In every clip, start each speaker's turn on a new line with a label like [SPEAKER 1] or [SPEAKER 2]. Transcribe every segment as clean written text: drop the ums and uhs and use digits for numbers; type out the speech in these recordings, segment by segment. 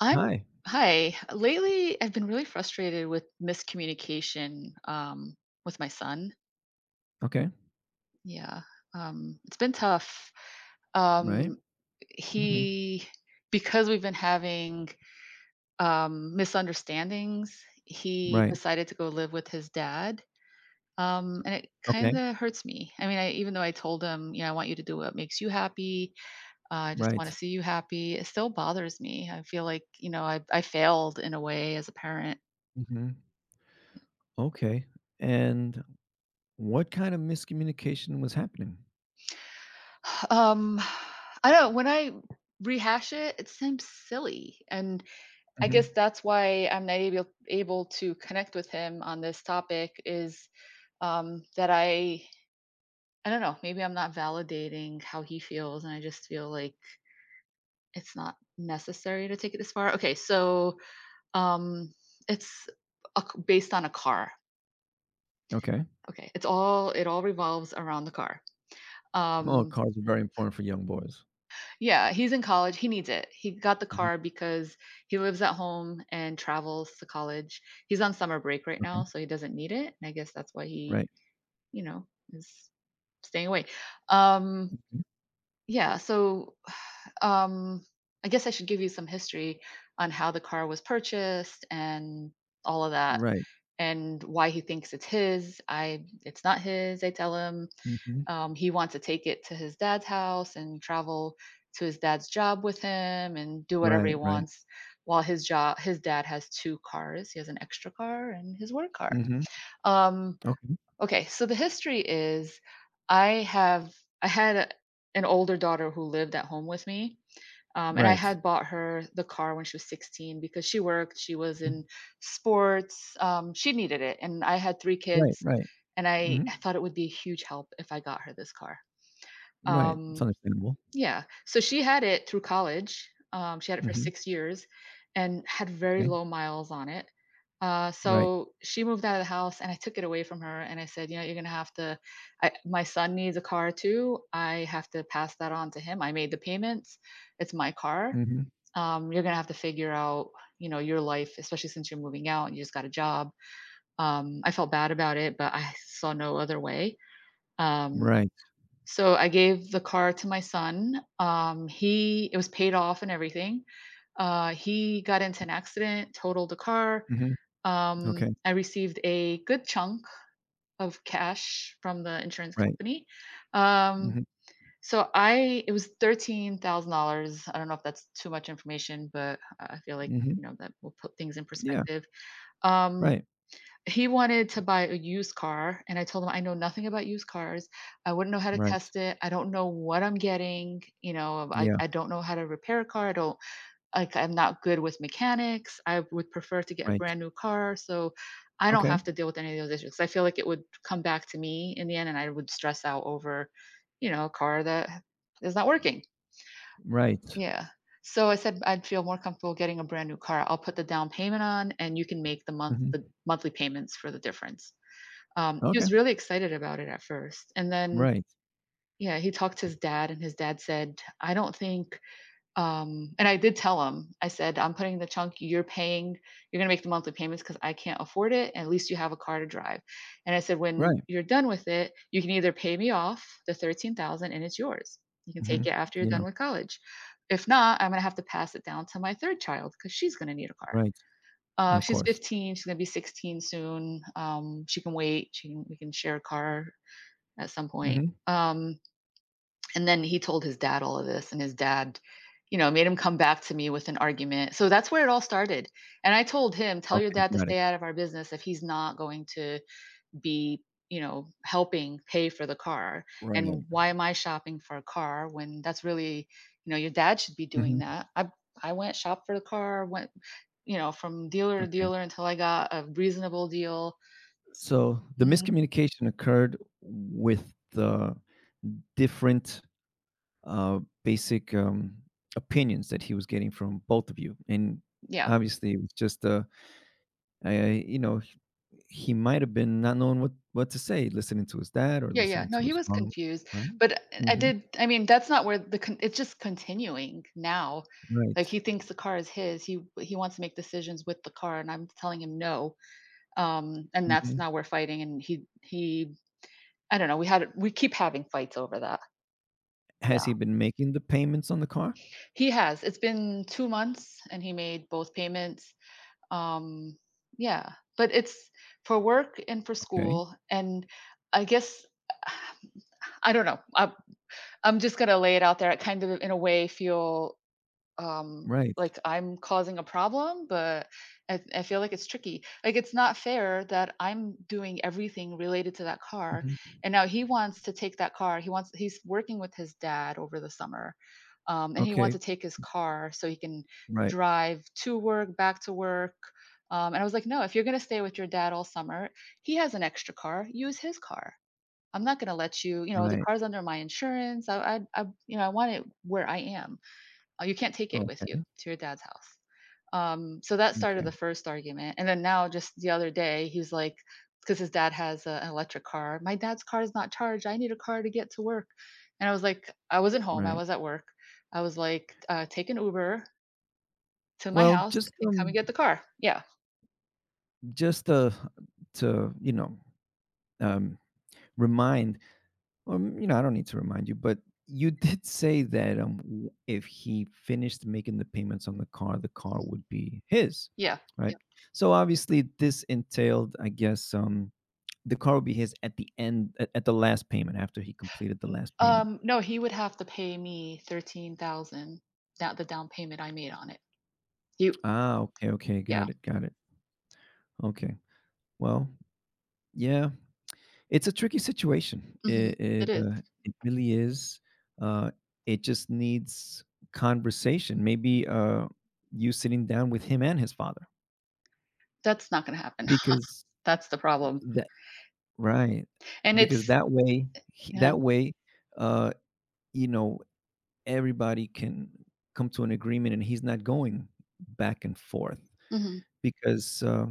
[SPEAKER 1] I'm
[SPEAKER 2] Hi.
[SPEAKER 1] Hi. Lately, I've been really frustrated with miscommunication with my son.
[SPEAKER 2] Okay.
[SPEAKER 1] Yeah, it's been tough.
[SPEAKER 2] Right.
[SPEAKER 1] Um,
[SPEAKER 2] Mhm.
[SPEAKER 1] he, because we've been having misunderstandings, he
[SPEAKER 2] Right.
[SPEAKER 1] decided to go live with his dad. And it kind
[SPEAKER 2] Okay.
[SPEAKER 1] of hurts me. I mean, even though I told him, I want you to do what makes you happy. I just want
[SPEAKER 2] Right.
[SPEAKER 1] to see you happy. It still bothers me. I feel like, I failed in a way as a parent.
[SPEAKER 2] Mhm. Okay. And what kind of miscommunication was happening?
[SPEAKER 1] Um, I don't know. When I rehash it, it seems silly, and I guess
[SPEAKER 2] Mhm.
[SPEAKER 1] that's why I'm not able to connect with him on this topic is, that I don't know, maybe I'm not validating how he feels, and I just feel like it's not necessary to take it this far. Okay, so, um, it's a c based on a car.
[SPEAKER 2] Okay.
[SPEAKER 1] Okay, it all revolves around the car.
[SPEAKER 2] Well,
[SPEAKER 1] Um
[SPEAKER 2] cars are very important for young boys.
[SPEAKER 1] Yeah, he's in college. He needs it. He got the
[SPEAKER 2] Mhm.
[SPEAKER 1] car because he lives at home and travels to college. He's on summer break right
[SPEAKER 2] Okay.
[SPEAKER 1] now, so he doesn't need it. And I guess that's why he,
[SPEAKER 2] Right.
[SPEAKER 1] you know, is staying away. Um,
[SPEAKER 2] Mhm.
[SPEAKER 1] yeah, so um, I guess I should give you some history on how the car was purchased and all of that
[SPEAKER 2] Right.
[SPEAKER 1] and why he thinks it's his. I It's not his, I tell him.
[SPEAKER 2] Mhm.
[SPEAKER 1] He wants to take it to his dad's house and travel to his dad's job with him and do whatever
[SPEAKER 2] Right,
[SPEAKER 1] he
[SPEAKER 2] right.
[SPEAKER 1] wants while his dad has two cars. He has an extra car and his work car.
[SPEAKER 2] Mhm.
[SPEAKER 1] um,
[SPEAKER 2] Okay.
[SPEAKER 1] okay, so the history is, i have I had an older daughter who lived at home with me, and I
[SPEAKER 2] Right.
[SPEAKER 1] had bought her the car when she was 16 because she worked, she was in
[SPEAKER 2] Mhm.
[SPEAKER 1] sports. She needed it, and I had three
[SPEAKER 2] Right,
[SPEAKER 1] kids,
[SPEAKER 2] right.
[SPEAKER 1] and I,
[SPEAKER 2] Mhm.
[SPEAKER 1] I thought it would be a huge help if I got her this car.
[SPEAKER 2] Right. It's
[SPEAKER 1] um,
[SPEAKER 2] understandable.
[SPEAKER 1] yeah, so she had it through college. She had it for
[SPEAKER 2] Mhm.
[SPEAKER 1] 6 years and had very
[SPEAKER 2] Okay.
[SPEAKER 1] low miles on it.
[SPEAKER 2] Right.
[SPEAKER 1] So she moved out of the house, and I took it away from her, and I said, "You know, you're gonna have to, I my son needs a car too. I have to pass that on to him. I made the payments. It's my car.
[SPEAKER 2] Mhm.
[SPEAKER 1] You're gonna have to figure out, your life, especially since you're moving out and you just got a job." I felt bad about it, but I saw no other way. Um
[SPEAKER 2] Right.
[SPEAKER 1] so I gave the car to my son. He It was paid off and everything. He got into an accident, totaled the car.
[SPEAKER 2] Mhm. Okay.
[SPEAKER 1] I received a good chunk of cash from the insurance
[SPEAKER 2] Right.
[SPEAKER 1] company. Um,
[SPEAKER 2] Mhm.
[SPEAKER 1] so I It was $13,000. I don't know if that's too much information, but I feel like,
[SPEAKER 2] Mhm.
[SPEAKER 1] you know, that will put things in
[SPEAKER 2] Yeah.
[SPEAKER 1] perspective. Um,
[SPEAKER 2] Right.
[SPEAKER 1] he wanted to buy a used car, and I told him, "I know nothing about used cars. I wouldn't know how to
[SPEAKER 2] Right.
[SPEAKER 1] test it. I don't know what I'm getting, you know, I
[SPEAKER 2] Yeah.
[SPEAKER 1] I don't know how to repair a car. I don't Like, I'm not good with mechanics. I would prefer to get a
[SPEAKER 2] Right.
[SPEAKER 1] brand new car, so I don't
[SPEAKER 2] Okay.
[SPEAKER 1] have to deal with any of those issues. 'Cause I feel like it would come back to me in the end, and I would stress out over, a car that is not working."
[SPEAKER 2] Right.
[SPEAKER 1] Yeah. So I said, "I'd feel more comfortable getting a brand new car. I'll put the down payment on, and you can make the month the
[SPEAKER 2] Mhm.
[SPEAKER 1] monthly payments for the difference." He
[SPEAKER 2] Okay.
[SPEAKER 1] was really excited about it at first, and then
[SPEAKER 2] Right.
[SPEAKER 1] yeah, he talked to his dad, and his dad said, "I don't think." And I did tell him. I said, "I'm putting the chunk. You're paying. You're gonna make the monthly payments because I can't afford it. And at least you have a car to drive." And I said, "When
[SPEAKER 2] Right.
[SPEAKER 1] you're done with it, you can either pay me off the 13,000 and it's yours. You can take
[SPEAKER 2] Mhm.
[SPEAKER 1] it after you're done
[SPEAKER 2] Yeah.
[SPEAKER 1] with college. If not, I'm gonna have to pass it down to my third child because she's gonna need a car."
[SPEAKER 2] Right. Of
[SPEAKER 1] She's
[SPEAKER 2] course.
[SPEAKER 1] 15. She's gonna be 16 soon. She can wait. We can share a car at some point.
[SPEAKER 2] Mhm.
[SPEAKER 1] Um, and then he told his dad all of this, and his dad, made him come back to me with an argument. So that's where it all started. And I told him, "Tell your
[SPEAKER 2] Okay.
[SPEAKER 1] dad to
[SPEAKER 2] Got
[SPEAKER 1] stay
[SPEAKER 2] it.
[SPEAKER 1] out of our business if he's not going to be helping pay for the car,
[SPEAKER 2] Right.
[SPEAKER 1] and why am I shopping for a car when that's really your dad should be doing
[SPEAKER 2] Mhm.
[SPEAKER 1] that. I went shop for the car, went from dealer to
[SPEAKER 2] Okay.
[SPEAKER 1] dealer until I got a reasonable deal."
[SPEAKER 2] So the
[SPEAKER 1] Hmm.
[SPEAKER 2] miscommunication occurred with the different, basic, opinions that he was getting from both of you. And
[SPEAKER 1] Yeah,
[SPEAKER 2] obviously, it was just, I you know, h he might have been not knowing what to say, listening to his dad or
[SPEAKER 1] yeah, yeah,
[SPEAKER 2] listening
[SPEAKER 1] no,
[SPEAKER 2] to
[SPEAKER 1] he
[SPEAKER 2] his
[SPEAKER 1] was
[SPEAKER 2] mom,
[SPEAKER 1] confused,
[SPEAKER 2] right?
[SPEAKER 1] but I
[SPEAKER 2] Mhm.
[SPEAKER 1] did, I mean, that's not where it's just continuing now. Like,
[SPEAKER 2] Right.
[SPEAKER 1] he thinks the car is his. He wants to make decisions with the car, and I'm telling him no. And that's
[SPEAKER 2] Mhm.
[SPEAKER 1] now we're fighting, and he I don't know, we keep having fights over that.
[SPEAKER 2] Has
[SPEAKER 1] Yeah.
[SPEAKER 2] he been making the payments on the car?
[SPEAKER 1] He has. It's been 2 months and he made both payments. Um, yeah, but it's for work and for
[SPEAKER 2] Okay,
[SPEAKER 1] school, and I guess I don't know. I'm just gonna lay it out there. I kind of, in a way, feel um
[SPEAKER 2] right.
[SPEAKER 1] like I'm causing a problem, but I feel like it's tricky, like it's not fair that I'm doing everything related to that car,
[SPEAKER 2] Mhm.
[SPEAKER 1] and now he wants to take that car. He's working with his dad over the summer, and he wants
[SPEAKER 2] Okay,
[SPEAKER 1] to take his car so he can
[SPEAKER 2] right,
[SPEAKER 1] drive to work, back to work. And I was like, "No, if you're going to stay with your dad all summer, he has an extra car, use his car. I'm not going to let you. You know the
[SPEAKER 2] right.
[SPEAKER 1] car's under my insurance. I i, I you know i want it where I am. You can't take it with you
[SPEAKER 2] Okay,
[SPEAKER 1] to your dad's house." So that started the
[SPEAKER 2] okay,
[SPEAKER 1] first argument. And then now, just the other day, he was like, because his dad has an electric car, my dad's car is not charged, I need a car to get to work. And I was like, I wasn't home, I
[SPEAKER 2] right.
[SPEAKER 1] was at work. I was like, take an Uber to my
[SPEAKER 2] Well,
[SPEAKER 1] house
[SPEAKER 2] just,
[SPEAKER 1] and come and
[SPEAKER 2] um,
[SPEAKER 1] get the car. Yeah.
[SPEAKER 2] just, uh, to, um, remind, or, I don't need to remind you, but you did say that, w if he finished making the payments on the car
[SPEAKER 1] Mhm.
[SPEAKER 2] would be his,
[SPEAKER 1] Yeah.
[SPEAKER 2] right?
[SPEAKER 1] Yeah.
[SPEAKER 2] So, obviously, this entailed, I guess, the car would be his at the end at the last payment after he completed the last payment.
[SPEAKER 1] No, he would have to pay me 13,000, that the down payment I made on it. You,
[SPEAKER 2] Ah, okay, okay.
[SPEAKER 1] yeah.
[SPEAKER 2] Got it, got it. Okay. Well, yeah, it's a tricky situation.
[SPEAKER 1] Mhm.
[SPEAKER 2] It
[SPEAKER 1] It
[SPEAKER 2] it,
[SPEAKER 1] is.
[SPEAKER 2] uh, it really is. Uh, it just needs conversation. Maybe you sitting down with him and his father
[SPEAKER 1] That's not going to happen.
[SPEAKER 2] because
[SPEAKER 1] That's the problem.
[SPEAKER 2] that right
[SPEAKER 1] And
[SPEAKER 2] because
[SPEAKER 1] it's.
[SPEAKER 2] that way he-
[SPEAKER 1] Yeah.
[SPEAKER 2] that way uh, you know, everybody can come to an agreement and he's not going back and forth,
[SPEAKER 1] Mhm.
[SPEAKER 2] because,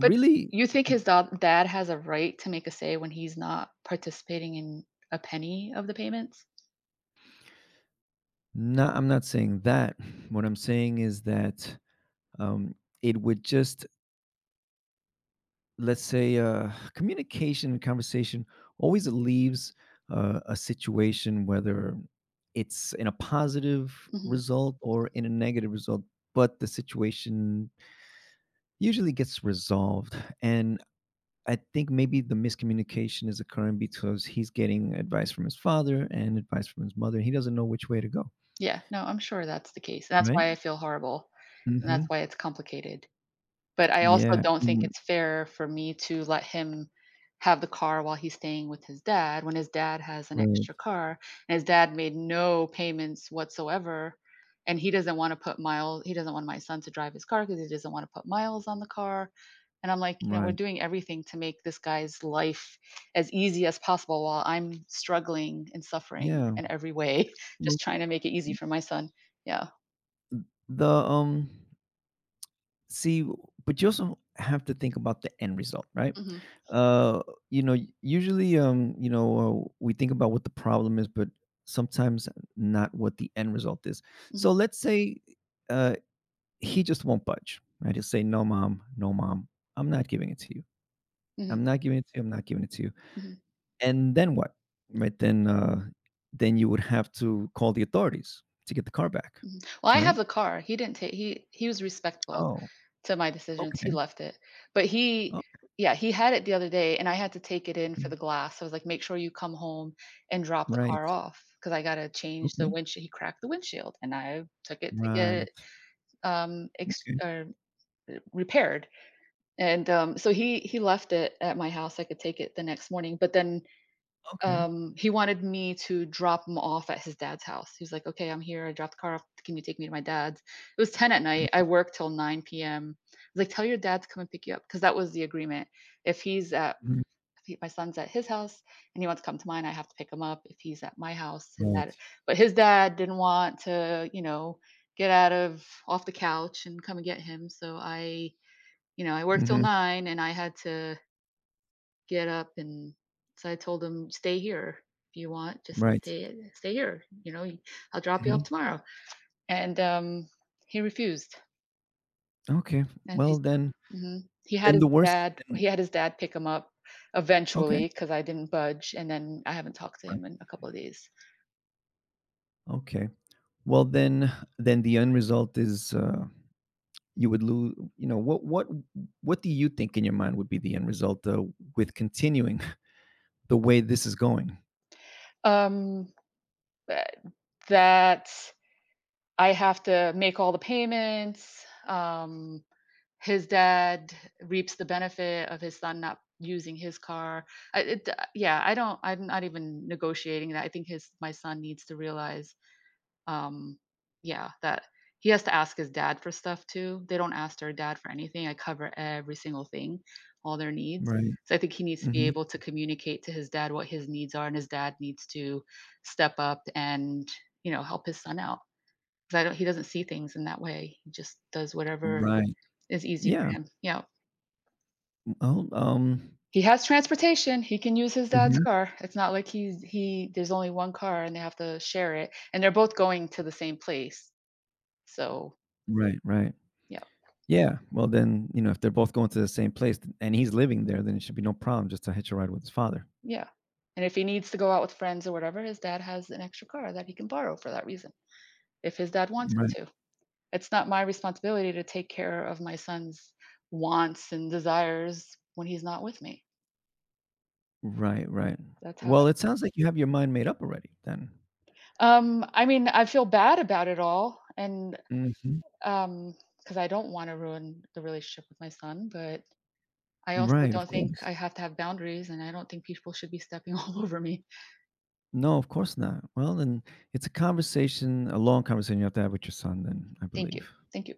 [SPEAKER 1] But you think his da dad has a right to make a say when he's not participating in a penny of the payments?
[SPEAKER 2] No, I'm not saying that. What I'm saying is that, um, it would just, let's say, communication and conversation always leaves a situation, whether it's in a positive
[SPEAKER 1] Mhm.
[SPEAKER 2] result or in a negative result, but the situation usually gets resolved. And I think maybe the miscommunication is occurring because he's getting advice from his father and advice from his mother. He doesn't know which way to go,
[SPEAKER 1] Yeah, no, I'm sure that's the case. That's
[SPEAKER 2] right?
[SPEAKER 1] why I feel horrible, and that's
[SPEAKER 2] Mm-hmm.
[SPEAKER 1] why it's complicated. But I also
[SPEAKER 2] Yeah.
[SPEAKER 1] don't think
[SPEAKER 2] Mm,
[SPEAKER 1] it's fair for me to let him have the car while he's staying with his dad when his dad has an
[SPEAKER 2] right.
[SPEAKER 1] extra car, and his dad made no payments whatsoever, and he doesn't wanna put miles. He doesn't want my son to drive his car because he doesn't wanna put miles on the car, and I'm like, we're
[SPEAKER 2] Right.
[SPEAKER 1] doing everything to make this guy's life as easy as possible while I'm struggling and suffering
[SPEAKER 2] Yeah.
[SPEAKER 1] in every way,
[SPEAKER 2] Well,
[SPEAKER 1] just trying to make it easy for my son. Yeah.
[SPEAKER 2] the, um see, w- but you also have to think about the end result, right?
[SPEAKER 1] Mhm.
[SPEAKER 2] Uh, you know, usually, you know, we think about what the problem is, but sometimes not what the end result is.
[SPEAKER 1] Mhm.
[SPEAKER 2] So let's say, uh, he just won't budge. Right. He'll say, "No, mom. No, mom. I'm not giving it to you.
[SPEAKER 1] Mhm.
[SPEAKER 2] I'm not giving it to you. I'm not giving it to you."
[SPEAKER 1] Mhm.
[SPEAKER 2] And then what? Right, then you would have to call the authorities to get the car back,
[SPEAKER 1] Well, I have
[SPEAKER 2] right?
[SPEAKER 1] the car. He didn't take, he was respectful
[SPEAKER 2] Oh,
[SPEAKER 1] to my decisions. He
[SPEAKER 2] okay.
[SPEAKER 1] left it. But he
[SPEAKER 2] Oh,
[SPEAKER 1] Yeah, he had it the other day, and I had to take it in
[SPEAKER 2] okay.
[SPEAKER 1] for the glass. I was like, "Make sure you come home and drop the
[SPEAKER 2] Right.
[SPEAKER 1] car off because I gotta change the
[SPEAKER 2] Okay.
[SPEAKER 1] windshield." He cracked the windshield, and I took it to get it,
[SPEAKER 2] Right.
[SPEAKER 1] ex
[SPEAKER 2] Okay.
[SPEAKER 1] repaired. And, so he left it at my house. I could take it the next morning, but then
[SPEAKER 2] Okay.
[SPEAKER 1] he wanted me to drop him off at his dad's house. He was like, "Okay, I'm here. I dropped the car off. Can you take me to my dad's?" It was 10 at night. I
[SPEAKER 2] Right.
[SPEAKER 1] worked till 9 p.m. I was like, "Tell your dad to come and pick you up," because that was the agreement. If he's at
[SPEAKER 2] Mhm.
[SPEAKER 1] if he- My son's at his house, and he wants to come to mine, I have to pick him up. If he's at my house, his dad.
[SPEAKER 2] Right.
[SPEAKER 1] But his dad didn't want to get out of off the couch and come and get him. So I worked till
[SPEAKER 2] Mhm.
[SPEAKER 1] 9, and I had to get up, and so I told him, "Stay here if you want. Just
[SPEAKER 2] Right.
[SPEAKER 1] stay here. You know, I'll drop you off
[SPEAKER 2] Mhm.
[SPEAKER 1] tomorrow." And he refused.
[SPEAKER 2] Okay.
[SPEAKER 1] And he's.
[SPEAKER 2] Well, then
[SPEAKER 1] Mhm. he had
[SPEAKER 2] then
[SPEAKER 1] his
[SPEAKER 2] the worst,
[SPEAKER 1] dad he
[SPEAKER 2] then.
[SPEAKER 1] had his dad pick him up
[SPEAKER 2] Okay.
[SPEAKER 1] eventually because I didn't budge. And then I haven't talked to
[SPEAKER 2] Right.
[SPEAKER 1] him in a couple of days.
[SPEAKER 2] Okay. Well, then the end result is, you would lose, what do you think in your mind would be the end result, with continuing the way this is going?
[SPEAKER 1] Um, but that I have to make all the payments. His dad reaps the benefit of his son not using his car. Yeah, I don't. I'm not even negotiating that. I think his my son needs to realize, um, yeah, that he has to ask his dad for stuff too. They don't ask their dad for anything. I cover every single thing, all their needs.
[SPEAKER 2] Right.
[SPEAKER 1] So I think he needs to be
[SPEAKER 2] Mhm.
[SPEAKER 1] able to communicate to his dad what his needs are, and his dad needs to step up and help his son out because I don't. He doesn't see things in that way. He just does whatever
[SPEAKER 2] Right.
[SPEAKER 1] is easy
[SPEAKER 2] Yeah.
[SPEAKER 1] for him. Yeah.
[SPEAKER 2] Oh,
[SPEAKER 1] He has transportation, he can use his dad's
[SPEAKER 2] mhm.
[SPEAKER 1] car. It's not like he's he there's only 1 car and they have to share it, and they're both going to the same place. So,
[SPEAKER 2] Right, right.
[SPEAKER 1] yeah,
[SPEAKER 2] Yeah. Well, then, you know, if they're both going to the same place and he's living there, then it should be no problem just to hitch a ride with his father.
[SPEAKER 1] yeah. And if he needs to go out with friends or whatever, his dad has an extra car that he can borrow for that reason, if his dad wants him
[SPEAKER 2] Right.
[SPEAKER 1] to. It's not my responsibility to take care of my son's wants and desires when he's not with me.
[SPEAKER 2] Right, right.
[SPEAKER 1] That's how.
[SPEAKER 2] Well, it sounds like you have your mind made up already then.
[SPEAKER 1] I mean, I feel bad about it all, and,
[SPEAKER 2] Mhm.
[SPEAKER 1] um, because I don't wanna ruin the relationship with my son, but I also
[SPEAKER 2] Right, of
[SPEAKER 1] don't think I
[SPEAKER 2] course.
[SPEAKER 1] have to have boundaries, and I don't think people should be stepping all over me.
[SPEAKER 2] No, of course not. Well, then it's a conversation, a long conversation you have to have with your son then, I
[SPEAKER 1] Thank you.
[SPEAKER 2] believe.
[SPEAKER 1] Thank you.